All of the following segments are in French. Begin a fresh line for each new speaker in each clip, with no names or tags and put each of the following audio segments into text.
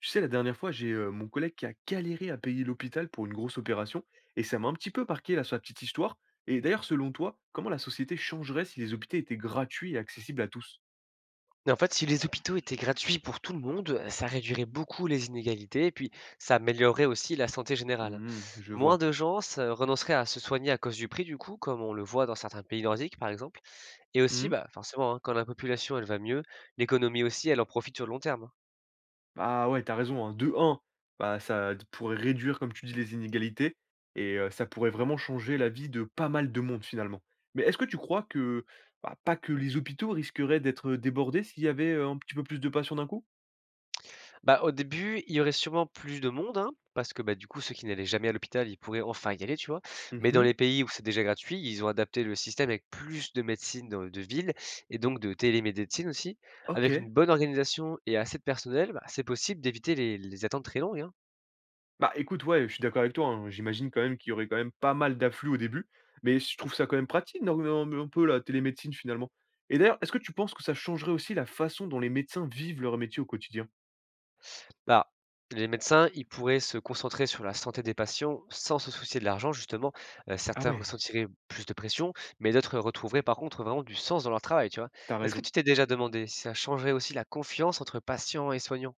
Tu sais, la dernière fois, j'ai mon collègue qui a galéré à payer l'hôpital pour une grosse opération, et ça m'a un petit peu marqué là, sa petite histoire. Et d'ailleurs, selon toi, comment la société changerait si les hôpitaux étaient gratuits et accessibles à tous.
Mais en fait, si les hôpitaux étaient gratuits pour tout le monde, ça réduirait beaucoup les inégalités et puis ça améliorerait aussi la santé générale.
Hmm, je
Moins
vois.
de gens se renonceraient à se soigner à cause du prix du coup, comme on le voit dans certains pays nordiques par exemple et aussi,
Hmm.
bah, forcément, hein, quand la population elle va mieux, l'économie aussi elle en profite sur le long terme.
Ah ouais, t'as raison, hein. De un, bah, pourrait réduire, comme tu dis, les inégalités, et ça pourrait vraiment changer la vie de pas mal de monde finalement. Mais est-ce que tu crois que, bah, pas que les hôpitaux risqueraient d'être débordés s'il y avait un petit peu plus de patients d'un coup.
Bah, au début, il y aurait sûrement plus de monde, hein, parce que, bah, du coup, ceux qui n'allaient jamais à l'hôpital, ils pourraient enfin y aller, tu vois? Mais dans
Mhm.
les pays où c'est déjà gratuit, ils ont adapté le système avec plus de médecine dans de ville et donc de télémédecine aussi.
Ok.
Avec une bonne organisation et assez de personnel, bah, c'est possible d'éviter les attentes très longues, hein.
Bah, écoute, ouais, je suis d'accord avec toi, hein. J'imagine quand même qu'il y aurait quand même pas mal d'afflux au début, mais je trouve ça quand même pratique, non non, mais un peu la télémédecine finalement. Et d'ailleurs, est-ce que tu penses que ça changerait aussi la façon dont les médecins vivent leur métier au quotidien?
Bah, les médecins, ils pourraient se concentrer sur la santé des patients sans se soucier de l'argent, justement.
Ah
Certains
ouais,
ressentiraient plus de pression, mais d'autres retrouveraient par contre vraiment du sens dans leur travail, tu vois?
t'as
Est-ce que
raison.
tu t'es déjà demandé si ça changerait aussi la confiance entre patients et soignants?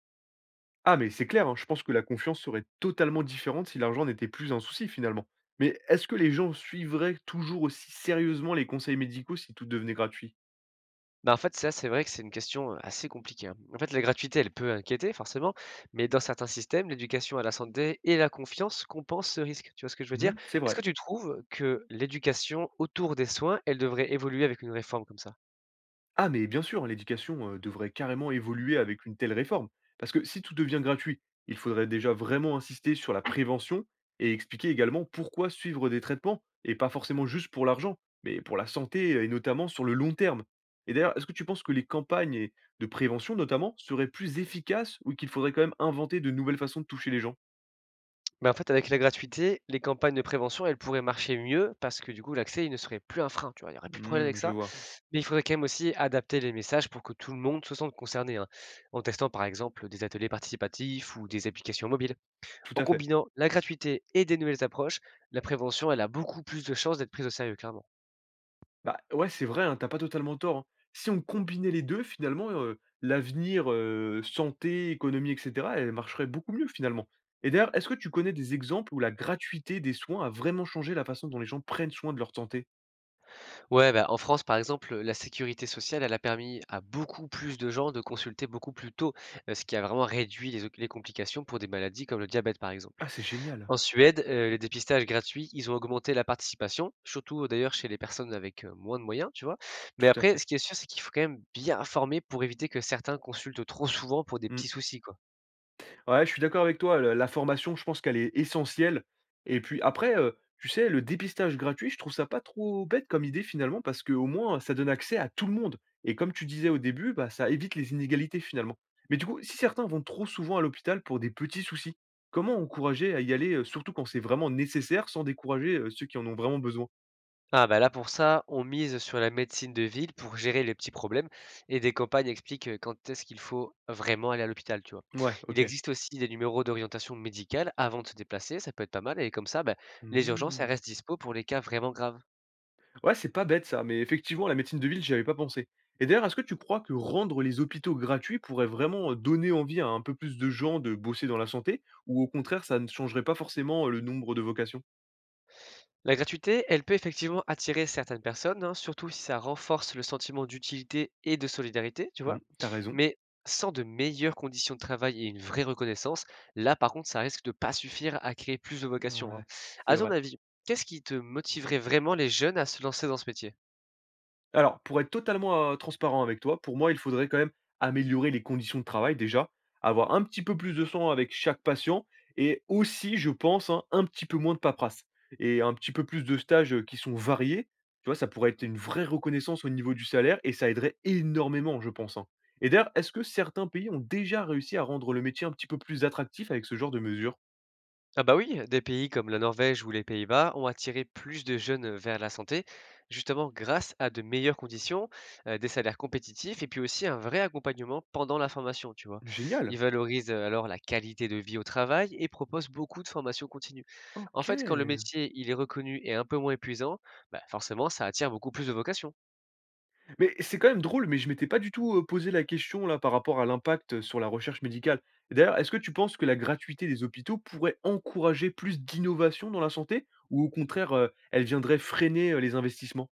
Ah mais c'est clair, hein, je pense que la confiance serait totalement différente si l'argent n'était plus un souci finalement. Mais est-ce que les gens suivraient toujours aussi sérieusement les conseils médicaux si tout devenait gratuit?
Bah, en fait, ça, c'est vrai que c'est une question, assez compliquée, hein. En fait, la gratuité, elle peut inquiéter forcément, mais dans certains systèmes, l'éducation à la santé et la confiance compensent ce risque. Tu vois ce que je veux dire?
Mhm, c'est
Est-ce que
vrai.
tu trouves que l'éducation autour des soins, elle devrait évoluer avec une réforme comme ça?
Ah, mais bien sûr, hein, l'éducation devrait carrément évoluer avec une telle réforme. Parce que si tout devient gratuit, il faudrait déjà vraiment insister sur la prévention et expliquer également pourquoi suivre des traitements, et pas forcément juste pour l'argent, mais pour la santé et notamment sur le long terme. Et d'ailleurs, est-ce que tu penses que les de prévention notamment seraient plus efficaces ou qu'il faudrait quand même inventer de nouvelles façons de toucher les gens.
Mais en fait, avec la gratuité, les campagnes de prévention, elles pourraient marcher mieux parce que du coup, l'accès, il ne serait plus un frein, tu vois, il n'y aurait plus de problème avec
Hmm, je
ça.
vois,
Mais il faudrait quand même aussi adapter les messages pour que tout le monde se sente concerné, hein, en testant par exemple des ateliers participatifs ou des applications mobiles.
tout
En
à fait.
combinant la gratuité et des nouvelles approches, la prévention, elle a beaucoup plus de chances d'être prise au sérieux, clairement.
Bah, ouais, c'est vrai, hein, tu pas totalement tort, hein. Si on combinait les 2 finalement, l'avenir, santé, économie et cetera, elle marcherait beaucoup mieux finalement. Et d'ailleurs, est-ce que tu connais des exemples où la gratuité des soins a vraiment changé la façon dont les gens prennent soin de leur santé?
Ouais, bah, en France, par exemple, la sécurité sociale, elle a permis à beaucoup plus de gens de consulter beaucoup plus tôt, ce qui a vraiment réduit les complications pour des maladies comme le diabète, par exemple.
Ah, c'est génial!
En Suède, les dépistages gratuits, ils ont augmenté la participation, surtout d'ailleurs chez les personnes avec, moins de moyens, tu vois? Mais
Tout à
après, ce
fait.
qui est sûr, c'est qu'il faut quand même bien informer pour éviter que certains consultent trop souvent pour des
Mmh.
petits soucis, quoi.
Ouais, je suis d'accord avec toi, le la formation, je pense qu'elle est essentielle, et puis après, tu sais, le dépistage gratuit, je trouve ça pas trop bête comme idée finalement parce qu'au moins, ça donne accès à tout le monde et comme tu disais au début, bah, ça évite les inégalités finalement. Mais du coup, si certains vont trop souvent à l'hôpital pour des petits soucis, comment encourager à y aller, surtout quand c'est vraiment nécessaire, sans décourager, ceux qui en ont vraiment besoin?
Ah bah là, pour ça, on mise sur la médecine de ville pour gérer les petits problèmes et des campagnes expliquent, quand est-ce qu'il faut vraiment aller à l'hôpital, tu vois?
Ouais,
Il
OK.
existe aussi des numéros d'orientation médicale avant de se déplacer, ça peut être pas mal et comme ça, bah, les urgences, elles
Mmh.
restent dispo pour les cas vraiment graves.
Ouais, c'est pas bête ça, mais effectivement, la médecine de ville, j'y avais pas pensé. Et d'ailleurs, est-ce que tu crois que rendre les hôpitaux gratuits pourrait vraiment donner envie à un peu plus de gens de bosser dans la santé, ou au contraire, ça ne changerait pas forcément le nombre de vocations.
La gratuité, elle peut effectivement attirer certaines personnes, hein, surtout si ça renforce le sentiment d'utilité et de solidarité, tu vois.
Mhm, t'as raison.
Mais sans de meilleures conditions de travail et une vraie reconnaissance, là par contre, ça risque de pas suffire à créer plus de vocations, hein.
Ouais, c'est
À ton
vrai.
avis, qu'est-ce qui te motiverait vraiment les jeunes à se lancer dans ce métier?
Alors, pour être totalement, transparent avec toi, pour moi, il faudrait quand même améliorer les conditions de travail déjà, avoir un petit peu plus de sang avec chaque patient et aussi, je pense, hein, un petit peu moins de paperasse et un petit peu plus de stages, qui sont variés. Tu vois, ça pourrait être une vraie reconnaissance au niveau du salaire et ça aiderait énormément, je pense, hein. Et d'ailleurs, est-ce que certains pays ont déjà réussi à rendre le métier un petit peu plus attractif avec ce genre de mesures?
Ah bah oui, des pays comme la Norvège ou les Pays-Bas ont attiré plus de jeunes vers la santé, justement grâce à de meilleures conditions, des salaires compétitifs et puis aussi un vrai accompagnement pendant la formation, tu vois. Ils
Génial!
valorisent alors la qualité de vie au travail et proposent beaucoup de formations continues. En fait, quand le
OK.
métier il est reconnu et un peu moins épuisant, bah forcément ça attire beaucoup plus de vocations.
Mais c'est quand même drôle, mais je m'étais pas du tout, posé la question là par rapport à l'impact, sur la recherche médicale. D'ailleurs, est-ce que tu penses que la gratuité des hôpitaux pourrait encourager plus d'innovation dans la santé? Ou au contraire, elle viendrait freiner, les investissements?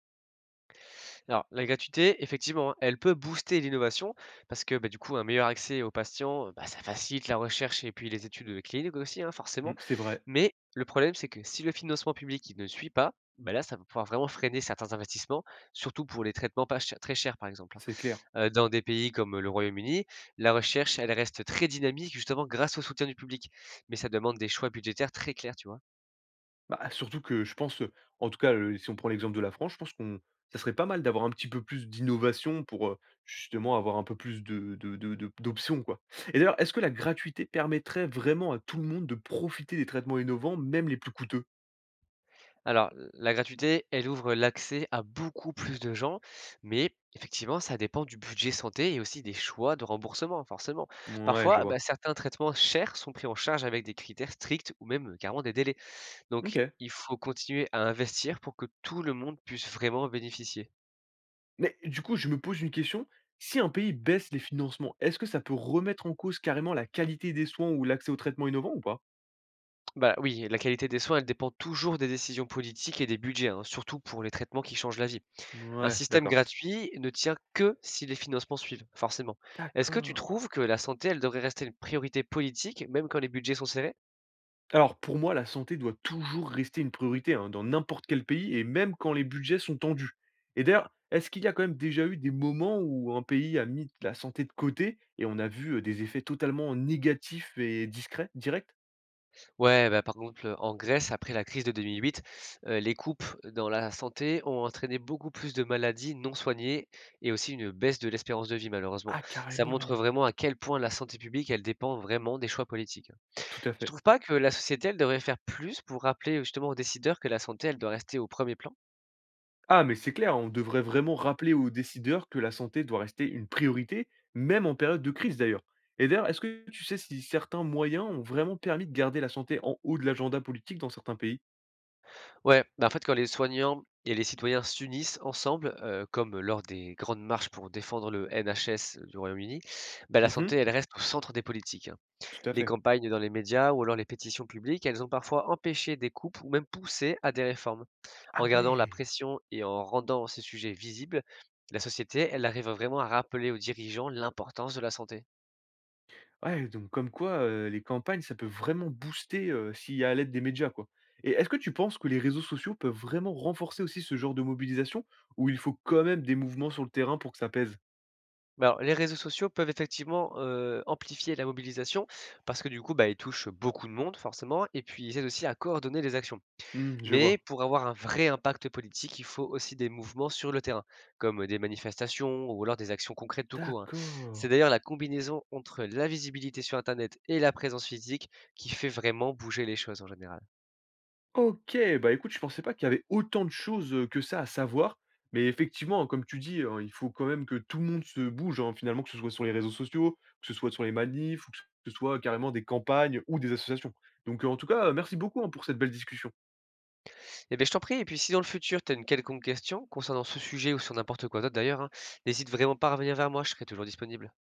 Alors la gratuité, effectivement, hein, elle peut booster l'innovation parce que bah, du coup un meilleur accès aux patients, bah, ça facilite la recherche et puis les études cliniques aussi, hein, forcément.
Mmh, c'est vrai,
Mais le problème, c'est que si le financement public, il ne suit pas, bah, là, ça va pouvoir vraiment freiner certains investissements, surtout pour les traitements pas chers très chers, par exemple, hein.
c'est clair.
Dans des pays comme le Royaume-Uni, la recherche, elle reste très dynamique justement grâce au soutien du public, mais ça demande des choix budgétaires très clairs, tu vois?
Bah, surtout que je pense, en tout cas, si on prend l'exemple de la France, je pense qu'on ça serait pas mal d'avoir un petit peu plus d'innovation pour, justement avoir un peu plus de d'options, quoi. Et d'ailleurs, est-ce que la gratuité permettrait vraiment à tout le monde de profiter des traitements innovants, même les plus coûteux?
Alors, la gratuité, elle ouvre l'accès à beaucoup plus de gens, mais effectivement, ça dépend du budget santé et aussi des choix de remboursement, hein, forcément.
Ouais, je
Parfois,
vois.
bah, certains traitements chers sont pris en charge avec des critères stricts ou même carrément des délais. Donc
OK.
il faut continuer à investir pour que tout le monde puisse vraiment en bénéficier.
Mais du coup, je me pose une question, si un pays baisse les financements, est-ce que ça peut remettre en cause carrément la qualité des soins ou l'accès aux traitements innovants ou pas?
Bah, oui, la qualité des soins, elle dépend toujours des décisions politiques et des budgets, hein, surtout pour les traitements qui changent la vie. Un
Ouais,
système
d'accord.
gratuit ne tient que si les financements suivent, forcément. Est-ce que tu
D'accord.
trouves que la santé, elle devrait rester une priorité politique, même quand les budgets sont serrés?
Alors pour moi, la santé doit toujours rester une priorité, hein, dans n'importe quel pays et même quand les budgets sont tendus. Et d'ailleurs, est-ce qu'il y a quand même déjà eu des moments où un pays a mis la santé de côté et on a vu, des effets totalement négatifs et discrets, directs?
Ouais, bah, par exemple en Grèce, après la crise de 2008, les coupes dans la santé ont entraîné beaucoup plus de maladies non soignées et aussi une baisse de l'espérance de vie, malheureusement.
Ah
Ça montre
carrément!
vraiment à quel point la santé publique, elle dépend vraiment des choix politiques.
Tout à
Tu
fait.
trouves pas que la société, elle devrait faire plus pour rappeler, justement, aux décideurs que la santé, elle doit rester au premier plan?
Ah, mais c'est clair, on devrait vraiment rappeler aux décideurs que la santé doit rester une priorité, même en période de crise d'ailleurs. Et d'ailleurs, est-ce que tu sais si certains moyens ont vraiment permis de garder la santé en haut de l'agenda politique dans certains pays.
Ouais, bah, en fait, quand les soignants et les citoyens s'unissent ensemble, comme lors des grandes marches pour défendre le NHS du Royaume-Uni, bah, la santé,
Mhm,
elle reste au centre des politiques, hein.
tout à
Les
fait.
campagnes dans les médias ou alors les pétitions publiques, elles ont parfois empêché des coupes ou même poussé à des réformes. En
Ah
gardant la
ouais.
pression et en rendant ces sujets visibles, la société, elle arrive vraiment à rappeler aux dirigeants l'importance de la santé.
Ouais, donc comme quoi les campagnes, ça peut vraiment booster s'il y a à l'aide des médias, quoi. Et est-ce que tu penses que les réseaux sociaux peuvent vraiment renforcer aussi ce genre de mobilisation, ou il faut quand même des mouvements sur le terrain pour que ça pèse.
Mais alors, les réseaux sociaux peuvent effectivement amplifier la mobilisation parce que du coup, bah, ils touchent beaucoup de monde forcément et puis ils aident aussi à coordonner les actions.
Hmm, je
Mais
vois.
pour avoir un vrai impact politique, il faut aussi des mouvements sur le terrain, comme des manifestations ou alors des actions concrètes tout court, hein. C'est
D'accord.
d'ailleurs la combinaison entre la visibilité sur internet et la présence physique qui fait vraiment bouger les choses en général.
OK, bah, écoute, je pensais pas qu'il y avait autant de choses, que ça à savoir. Mais effectivement, hein, comme tu dis, il faut quand même que tout le monde se bouge, hein, finalement, que ce soit sur les réseaux sociaux, que ce soit sur les manifs ou que ce soit carrément des campagnes ou des associations. Donc, en tout cas, merci beaucoup, hein, pour cette belle discussion.
Eh bien, je t'en prie, et puis si dans le futur tu as une quelconque question concernant ce sujet ou sur n'importe quoi d'autre d'ailleurs, hein, n'hésite vraiment pas à revenir vers moi, je serai toujours disponible.